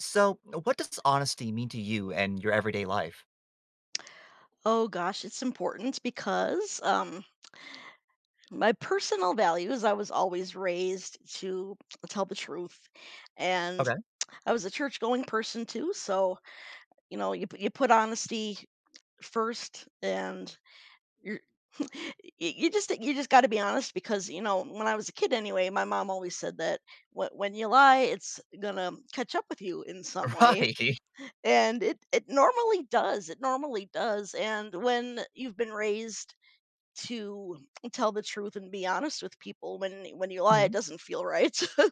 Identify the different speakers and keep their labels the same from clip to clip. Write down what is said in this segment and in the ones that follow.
Speaker 1: So, what does honesty mean to you and your everyday life?
Speaker 2: Oh gosh, it's important because my personal values, I was always raised to tell the truth. And
Speaker 1: Okay.
Speaker 2: I was a church going person too. So, you know, you put honesty first and you're. You just got to be honest because you know when I was a kid anyway, my mom always said that when you lie, it's gonna catch up with you in some way,
Speaker 1: Right.
Speaker 2: and it normally does. It normally does. And when you've been raised to tell the truth and be honest with people when you lie it
Speaker 1: Mhm.
Speaker 2: doesn't feel right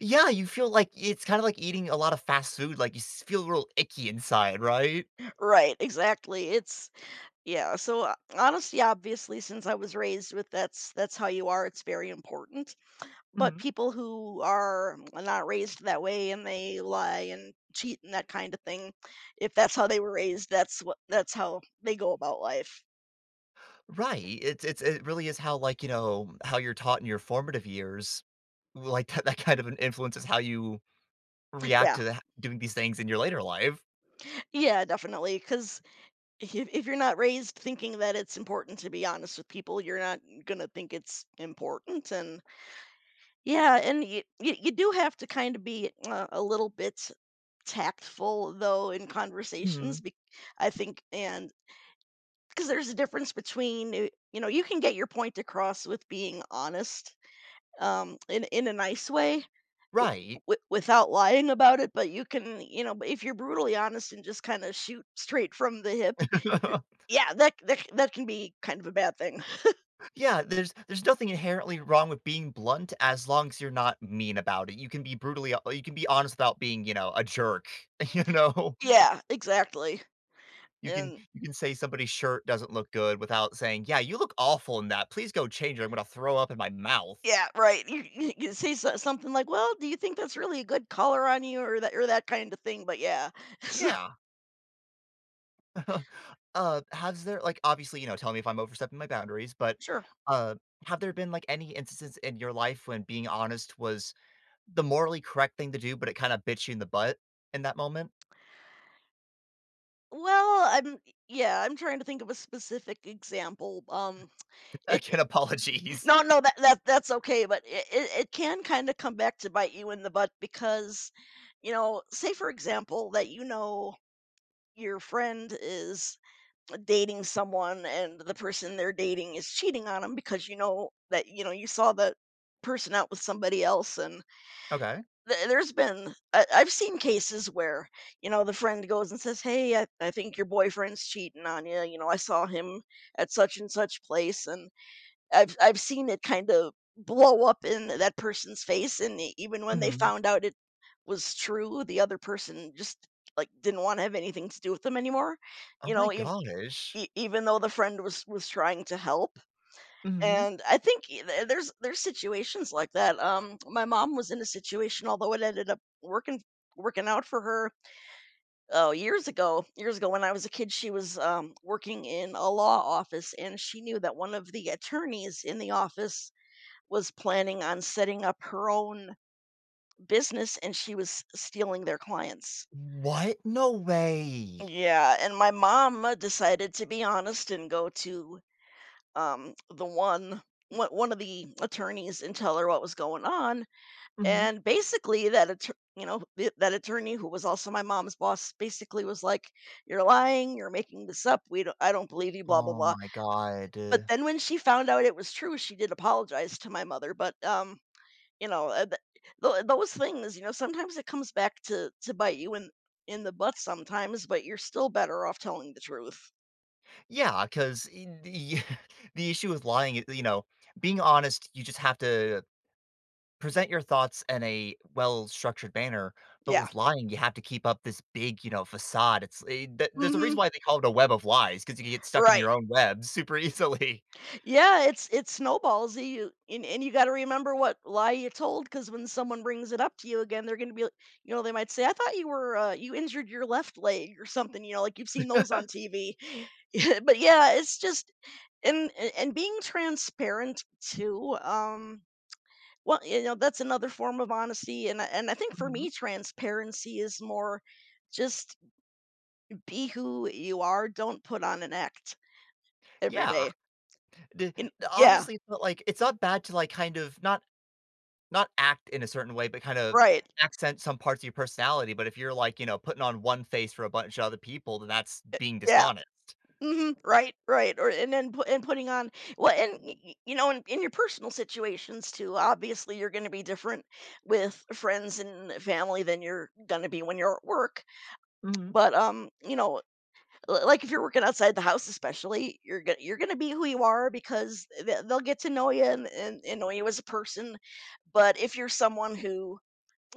Speaker 1: Yeah, you feel like it's kind of like eating a lot of fast food, like feel real icky inside, right?
Speaker 2: right exactly it's yeah so honesty obviously since I was raised with that's how you are it's very important but
Speaker 1: Mhm.
Speaker 2: people who are not raised that way and they lie and cheat and that kind of thing if that's how they were raised that's how they go about life
Speaker 1: Right. It's it really is how, like, you know, how you're taught in your formative years, like that kind of an influences how you react
Speaker 2: yeah
Speaker 1: to the, doing these things in your later life.
Speaker 2: yeah definitely because If you're not raised thinking that it's important to be honest with people, you're not gonna think it's important, and yeah, and you do have to kind of be a little bit tactful though in conversations,
Speaker 1: Mhm.
Speaker 2: bec I think, and because there's a difference between, you know, you can get your point across with being honest, in a nice way w
Speaker 1: Right.
Speaker 2: w without lying about it, but you can, you know, but if you're brutally honest and just kinda shoot straight from the hip. Yeah, that that c that can be kind of a bad thing.
Speaker 1: Yeah, there's nothing inherently wrong with being blunt as long as you're not mean about it. You can be brutally ho you can be honest without being, you know, a jerk, you know?
Speaker 2: Yeah, exactly, and
Speaker 1: You can say somebody's shirt doesn't look good without saying, "Yeah, you look awful in that. Please go change it. I'm gonna throw up in my mouth."
Speaker 2: yeah, right, you say something like, "Well, do you think that's really a good color on you?" or that kind of thing, but yeah. So
Speaker 1: Yeah. Has there like, obviously, you know, tell me if I'm overstepping my boundaries, but,
Speaker 2: sure.
Speaker 1: uh, have there been, like, any instances in your life when being honest was the morally correct thing to do, but it kinda bit you in the butt in that moment?
Speaker 2: Well, I'm yeah, I'm trying to think of a specific example, it
Speaker 1: Again,
Speaker 2: it
Speaker 1: apologies.
Speaker 2: No, no, that's okay, but it can kinda come back to bite you in the butt because, you know, say, for example, that you know your friend is dating someone and the person they're dating is cheating on them because you know that you know you saw that person out with somebody else and
Speaker 1: Okay.
Speaker 2: there's been I've seen cases where you know the friend goes and says hey I think your boyfriend's cheating on you you know I saw him at such and such place and I've seen it kind of blow up in that person's face and even when they
Speaker 1: Mhm.
Speaker 2: found out it was true the other person just like didn't want to have anything to do with them anymore you
Speaker 1: Oh my
Speaker 2: know
Speaker 1: gosh.
Speaker 2: E even though the friend was trying to help,
Speaker 1: Mhm.
Speaker 2: and I think e th there's situations like that, my mom was in a situation, although it ended up working out for her, oh, years ago when I was a kid, she was, working in a law office, and she knew that one of the attorneys in the office was planning on setting up her own business, and she was stealing their clients.
Speaker 1: What? No way.
Speaker 2: Yeah, and my mom, decided to be honest and go to the one one one of the attorneys and tell her what was going on.
Speaker 1: Mhm.
Speaker 2: And basically, that attorney, you know, that attorney who was also my mom's boss, basically was like, "You're lying. You're making this up. We don't, I don't believe you." Blah blah
Speaker 1: Oh
Speaker 2: blah.
Speaker 1: my god.
Speaker 2: But then when she found out it was true, she did apologize to my mother. But you know, those things, you know, sometimes it comes back to bite you in the butt sometimes, but you're still better off telling the truth.
Speaker 1: Yeah, because the the issue with lying I you know, being honest, you just have to present your thoughts in a well-structured manner, but
Speaker 2: Yeah.
Speaker 1: with lying, you have to keep up this big, you know, facade. It's eh, th There's a
Speaker 2: hmm
Speaker 1: reason why they call it a web of lies because you can get stuck in
Speaker 2: Right.
Speaker 1: your own web super easily.
Speaker 2: Yeah, it's it snowballs and you got to remember what lie you told, because when someone brings it up to you again, they're gonna be, like, you know, they might say, "I thought you were, you injured your left leg or something," you know, like you've seen those on TV. But yeah, it's just, and being transparent too. Well, you know, that's another form of honesty, and I think for
Speaker 1: Mhm.
Speaker 2: me, transparency is more just be who you are. Don't put on an act every
Speaker 1: Yeah.
Speaker 2: day.
Speaker 1: D
Speaker 2: And yeah,
Speaker 1: Obviously, it's not like it's not bad to, like, not act in a certain way, but kind of
Speaker 2: right.
Speaker 1: accent some parts of your personality, but if you're, like, you know, putting on one face for a bunch of other people, then that's being
Speaker 2: Yeah.
Speaker 1: dishonest.
Speaker 2: Mhm. Right, right, or and then pu and putting on well, and y y you know, in your personal situations too, obviously, you're gonna be different with friends and family than you're gonna be when you're at work,
Speaker 1: Mhm,
Speaker 2: but, you know, li like, if you're working outside the house especially, you're gonna be who you are because they they'll get to know you and know you as a person, but if you're someone who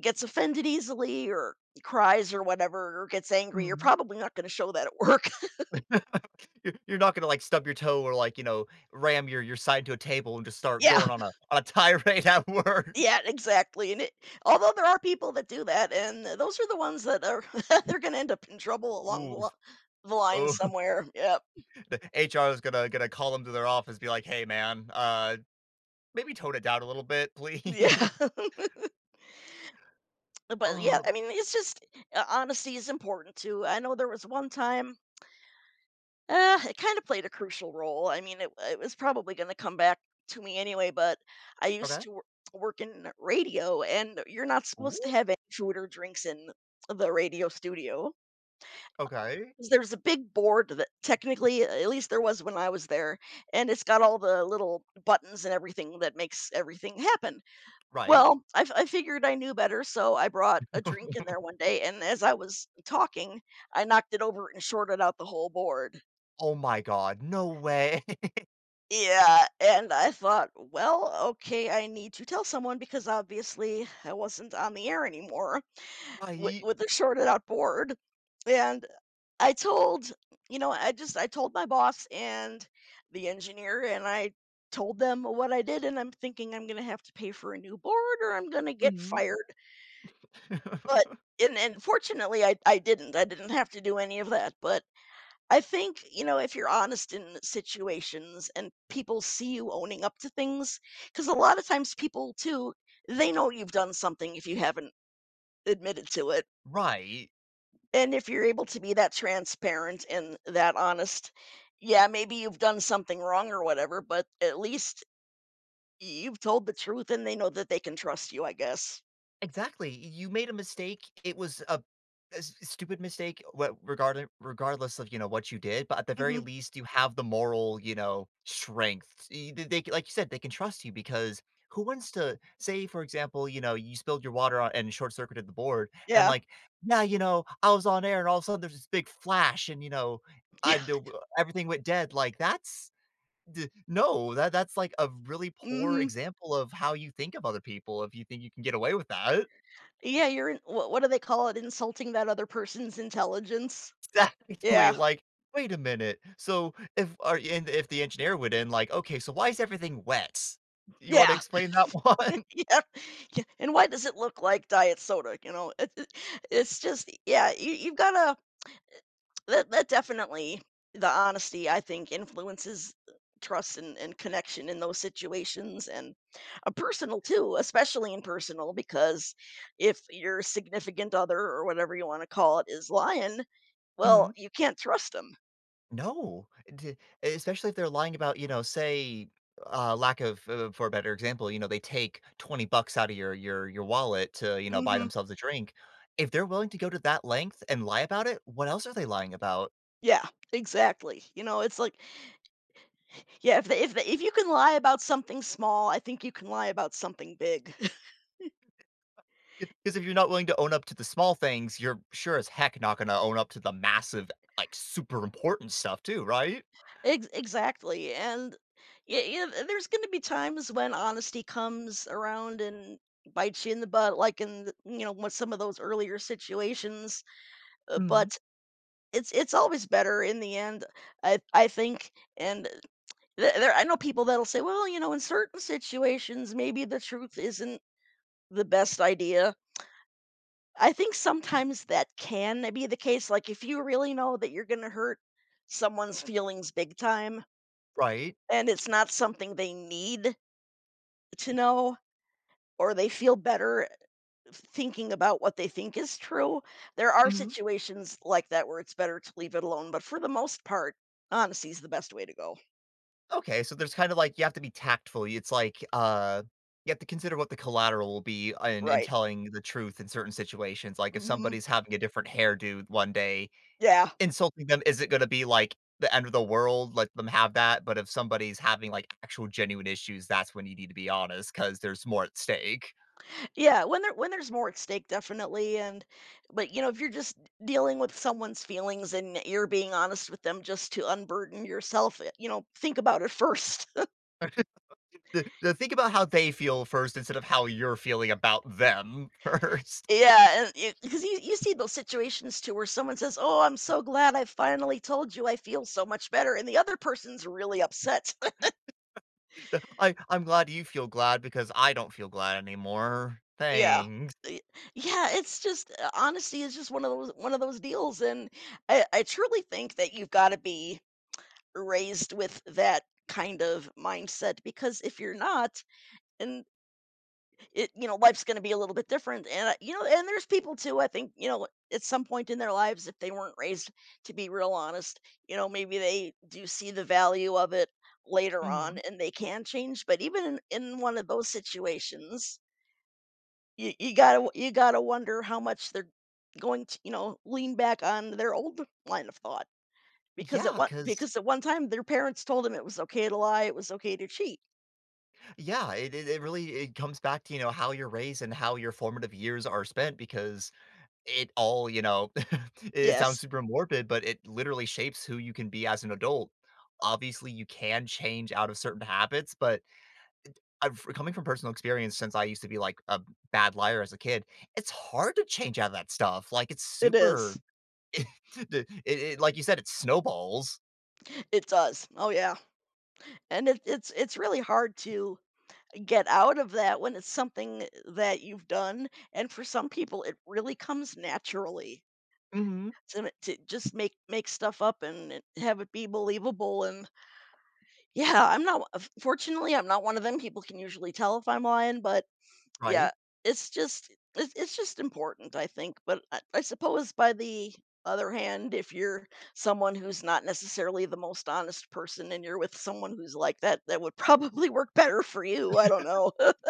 Speaker 2: gets offended easily or cries or whatever or gets angry, you're
Speaker 1: mhm.
Speaker 2: probably not gonna show that at work.
Speaker 1: You're not gonna, like, stub your toe or, like, you know, ram your side to a table and just start
Speaker 2: Yeah.
Speaker 1: going on a tirade at work.
Speaker 2: Yeah, exactly, and it although there are people that do that, and those are the ones that are they're gonna end up in trouble along
Speaker 1: Ooh.
Speaker 2: the line
Speaker 1: Oh,
Speaker 2: somewhere, yep,
Speaker 1: the HR is gonna call them to their office, be like, "Hey, man, maybe tone it down a little bit,
Speaker 2: yeah,
Speaker 1: please."
Speaker 2: but, yeah,
Speaker 1: Oh,
Speaker 2: I mean, it's just ho honesty is important too. I know there was one time, it kinda played a crucial role, I mean, it was probably gonna come back to me anyway, but I used
Speaker 1: okay.
Speaker 2: to wor work in radio, and you're not supposed to
Speaker 1: Ooh,
Speaker 2: have any food or drinks in the radio studio.
Speaker 1: okay,
Speaker 2: 'Cause there's a big board that technically at least there was when I was there, and it's got all the little buttons and everything that makes everything happen.
Speaker 1: right.
Speaker 2: Well, I figured I knew better, so I brought a drink in there one day, and as I was talking, I knocked it over and shorted out the whole board.
Speaker 1: Oh my god, no way,
Speaker 2: Yeah, and I thought, "Well, okay, I need to tell someone because obviously I wasn't on the air anymore wi
Speaker 1: right?
Speaker 2: with a shorted out board." And I told you know, I told my boss and the engineer, and I told them what I did, and I'm thinking I'm gonna have to pay for a new board or I'm gonna get
Speaker 1: Mhm.
Speaker 2: fired. But and fortunately I didn't. I didn't have to do any of that. But I think, you know, if you're honest in situations and people see you owning up to things, because a lot of times people too, they know you've done something if you haven't admitted to it.
Speaker 1: Right.
Speaker 2: And if you're able to be that transparent and that honest, yeah, maybe you've done something wrong or whatever, but at least you've told the truth and they know that they can trust you, I guess.
Speaker 1: Exactly. You made a mistake. It was a s stupid mistake, what regarded regardless of, you know, what you did, but at the very
Speaker 2: Mhm.
Speaker 1: least, you have the moral, you know, strength. Y They like you said, they can trust you because who wants to say, for example, you know, you spilled your water on and short-circuited the board, and
Speaker 2: Yeah.
Speaker 1: like, "Yeah, you know, I was on air, and all of a sudden, there's this big flash, and, you know,
Speaker 2: Yeah.
Speaker 1: I knew everything went dead." Like, that's D no, that that's, like, a really poor
Speaker 2: Mhm.
Speaker 1: example of how you think of other people if you think you can get away with that.
Speaker 2: Yeah, you're in what do they call it? Insulting that other person's intelligence?
Speaker 1: Exactly,
Speaker 2: Yeah.
Speaker 1: like, "Wait a minute, so if are and if the engineer would in, like, "Okay, so why is everything wet? You wanna
Speaker 2: Yeah.
Speaker 1: explain that one?"
Speaker 2: Yeah. Yeah, and why does it look like diet soda, you know? It's just yeah, you you've gotta. That that definitely the honesty, I think, influences trust and connection in those situations, and a personal too, especially in personal, because if your significant other or whatever you wanna call it is lying, well,
Speaker 1: Mhm.
Speaker 2: you can't trust 'em.
Speaker 1: No, d especially if they're lying about, you know, say, lack of for a better example, you know, they take $20 out of your wallet to, you know, buy
Speaker 2: Mhm.
Speaker 1: themselves a drink. If they're willing to go to that length and lie about it, what else are they lying about?
Speaker 2: Yeah, exactly. You know, it's like yeah, if you can lie about something small, I think you can lie about something big.
Speaker 1: Because if you're not willing to own up to the small things, you're sure as heck not gonna own up to the massive, like, super important stuff too, right?
Speaker 2: Ex exactly, and yeah, yeah, there's gonna be times when honesty comes around and bites you in the butt, like in the you know, with some of those earlier situations,
Speaker 1: Mhm.
Speaker 2: but it's always better in the end, I think, and there I know people that'll say, "Well, you know, in certain situations, maybe the truth isn't the best idea." I think sometimes that can be the case, like, if you really know that you're gonna hurt someone's feelings big time
Speaker 1: Right?
Speaker 2: and it's not something they need to know or they feel better thinking about what they think is true. There are
Speaker 1: Mhm.
Speaker 2: situations like that where it's better to leave it alone, but for the most part, honesty is the best way to go.
Speaker 1: Okay, so there's kinda like you have to be tactful. It's like, you have to consider what the collateral will be in
Speaker 2: Right.
Speaker 1: telling the truth in certain situations. Like, if
Speaker 2: hmm
Speaker 1: somebody's having a different hairdo one day,
Speaker 2: Yeah.
Speaker 1: insulting them isn't gonna be like the end of the world, let them have that, but if somebody's having, like, actual genuine issues, that's when you need to be honest because there's more at stake.
Speaker 2: Yeah. When there's more at stake, definitely. And but you know, if you're just dealing with someone's feelings and you're being honest with them just to unburden yourself, you know, think about it first.
Speaker 1: Th th Think about how they feel first instead of how you're feeling about them first.
Speaker 2: Yeah, and because you see those situations too where someone says, "Oh, I'm so glad I finally told you. I feel so much better," and the other person's really upset.
Speaker 1: I'm glad you feel glad because I don't feel glad anymore.
Speaker 2: Yeah.
Speaker 1: Thanks.
Speaker 2: Y- Yeah, it's just honesty is just one of those deals, and I truly think that you've got to be raised with that kind of mindset because if you're not, it you know, life's gonna be a little bit different, and, I you know, and there's people too, I think, you know, at some point in their lives, if they weren't raised to be real honest, you know, maybe they do see the value of it later on
Speaker 1: Mhm.
Speaker 2: and they can change, but even in one of those situations, you gotta wonder how much they're going to, you know, lean back on their old line of thought
Speaker 1: Because
Speaker 2: because at one time, their parents told them it was okay to lie, it was okay to cheat.
Speaker 1: yeah, it really it comes back to, you know, how you're raised and how your formative years are spent because it all, you know, it
Speaker 2: Yes,
Speaker 1: sounds super morbid, but it literally shapes who you can be as an adult. Obviously, you can change out of certain habits, but I've coming from personal experience, since I used to be, like, a bad liar as a kid, it's hard to change out of that stuff, like, it's
Speaker 2: it is.
Speaker 1: super the it it like you said, it snowballs.
Speaker 2: It does. Oh, yeah. And it's it's really hard to get out of that when it's something that you've done, and for some people, it really comes naturally
Speaker 1: Mhm.
Speaker 2: to just make stuff up and have it be believable, and yeah, I'm not fortunately, I'm not one of them, people can usually tell if I'm lying, but yeah,
Speaker 1: Right?
Speaker 2: it's just important, I think, but I suppose by the other hand, if you're someone who's not necessarily the most honest person and you're with someone who's like that, that would probably work better for you, I don't know.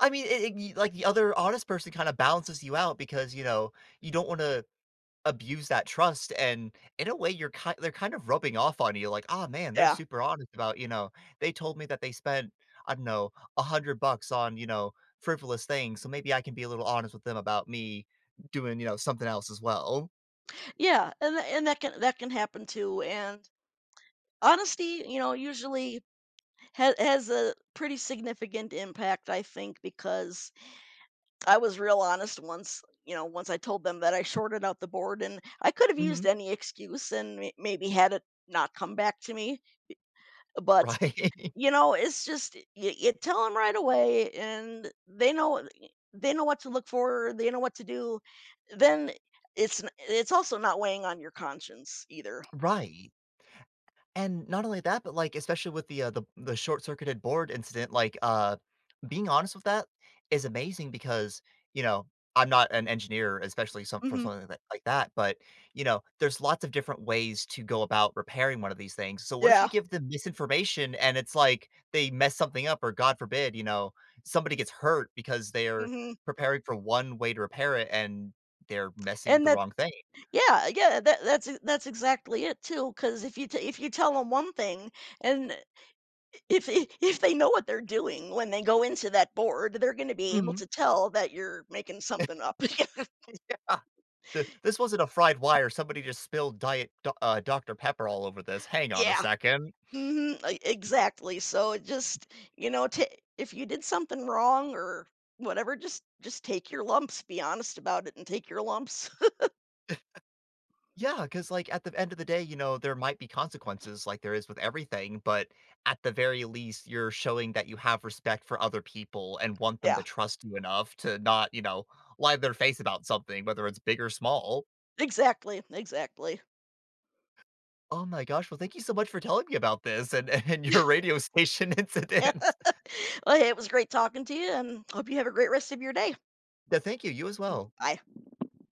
Speaker 1: I mean, it y like, the other honest person kinda balances you out because, you know, you don't wanna abuse that trust, and in a way, you're kind. They're kind of rubbing off on you, like, oh man, they're
Speaker 2: Yeah.
Speaker 1: super honest about, you know, "They told me that they spent, I don't know, $100 on," you know, "frivolous things, so maybe I can be a little honest with them about me doing," you know, "something else as well."
Speaker 2: Yeah, and that can happen too, and honesty, you know, usually ha has a pretty significant impact, I think, because I was real honest once, you know, once I told them that I shorted out the board and I could have used
Speaker 1: Mhm.
Speaker 2: any excuse and maybe had it not come back to me, but
Speaker 1: Right.
Speaker 2: you know, it's just you tell them right away and they know what to look for, they know what to do. Then it's also not weighing on your conscience either.
Speaker 1: Right. And not only that, but, like, especially with the, the short-circuited board incident, like, being honest with that is amazing because, you know, I'm not an engineer, especially some for
Speaker 2: hmm
Speaker 1: something like that, but, you know, there's lots of different ways to go about repairing one of these things. So what if
Speaker 2: Yeah.
Speaker 1: you give them misinformation and it's like they mess something up or God forbid, you know, somebody gets hurt because they're
Speaker 2: hmm
Speaker 1: preparing for one way to repair it and they're messing with
Speaker 2: And
Speaker 1: the wrong thing.
Speaker 2: yeah, yeah, that's that's exactly it too. Because if you tell them one thing, and if they know what they're doing when they go into that board, they're gonna be able
Speaker 1: Mhm.
Speaker 2: to tell that you're making something up.
Speaker 1: Th This wasn't a fried wire, somebody just spilled diet Do Dr. Pepper all over this, hang on a
Speaker 2: Yeah.
Speaker 1: second.
Speaker 2: Mhm, e exactly, so it just you know, ta if you did something wrong or whatever, just take your lumps, be honest about it and take your lumps.
Speaker 1: Yeah, cause like, at the end of the day, you know, there might be consequences like there is with everything, but at the very least, you're showing that you have respect for other people and want them
Speaker 2: Yeah,
Speaker 1: to trust you enough to not, you know, lie to their face about something, whether it's big or small.
Speaker 2: exactly, exactly.
Speaker 1: Oh my gosh, well, thank you so much for telling me about this and and your radio station incident.
Speaker 2: Well, hey, it was great talking to you, and hope you have a great rest of your day.
Speaker 1: Yeah, thank you, you as well.
Speaker 2: Bye.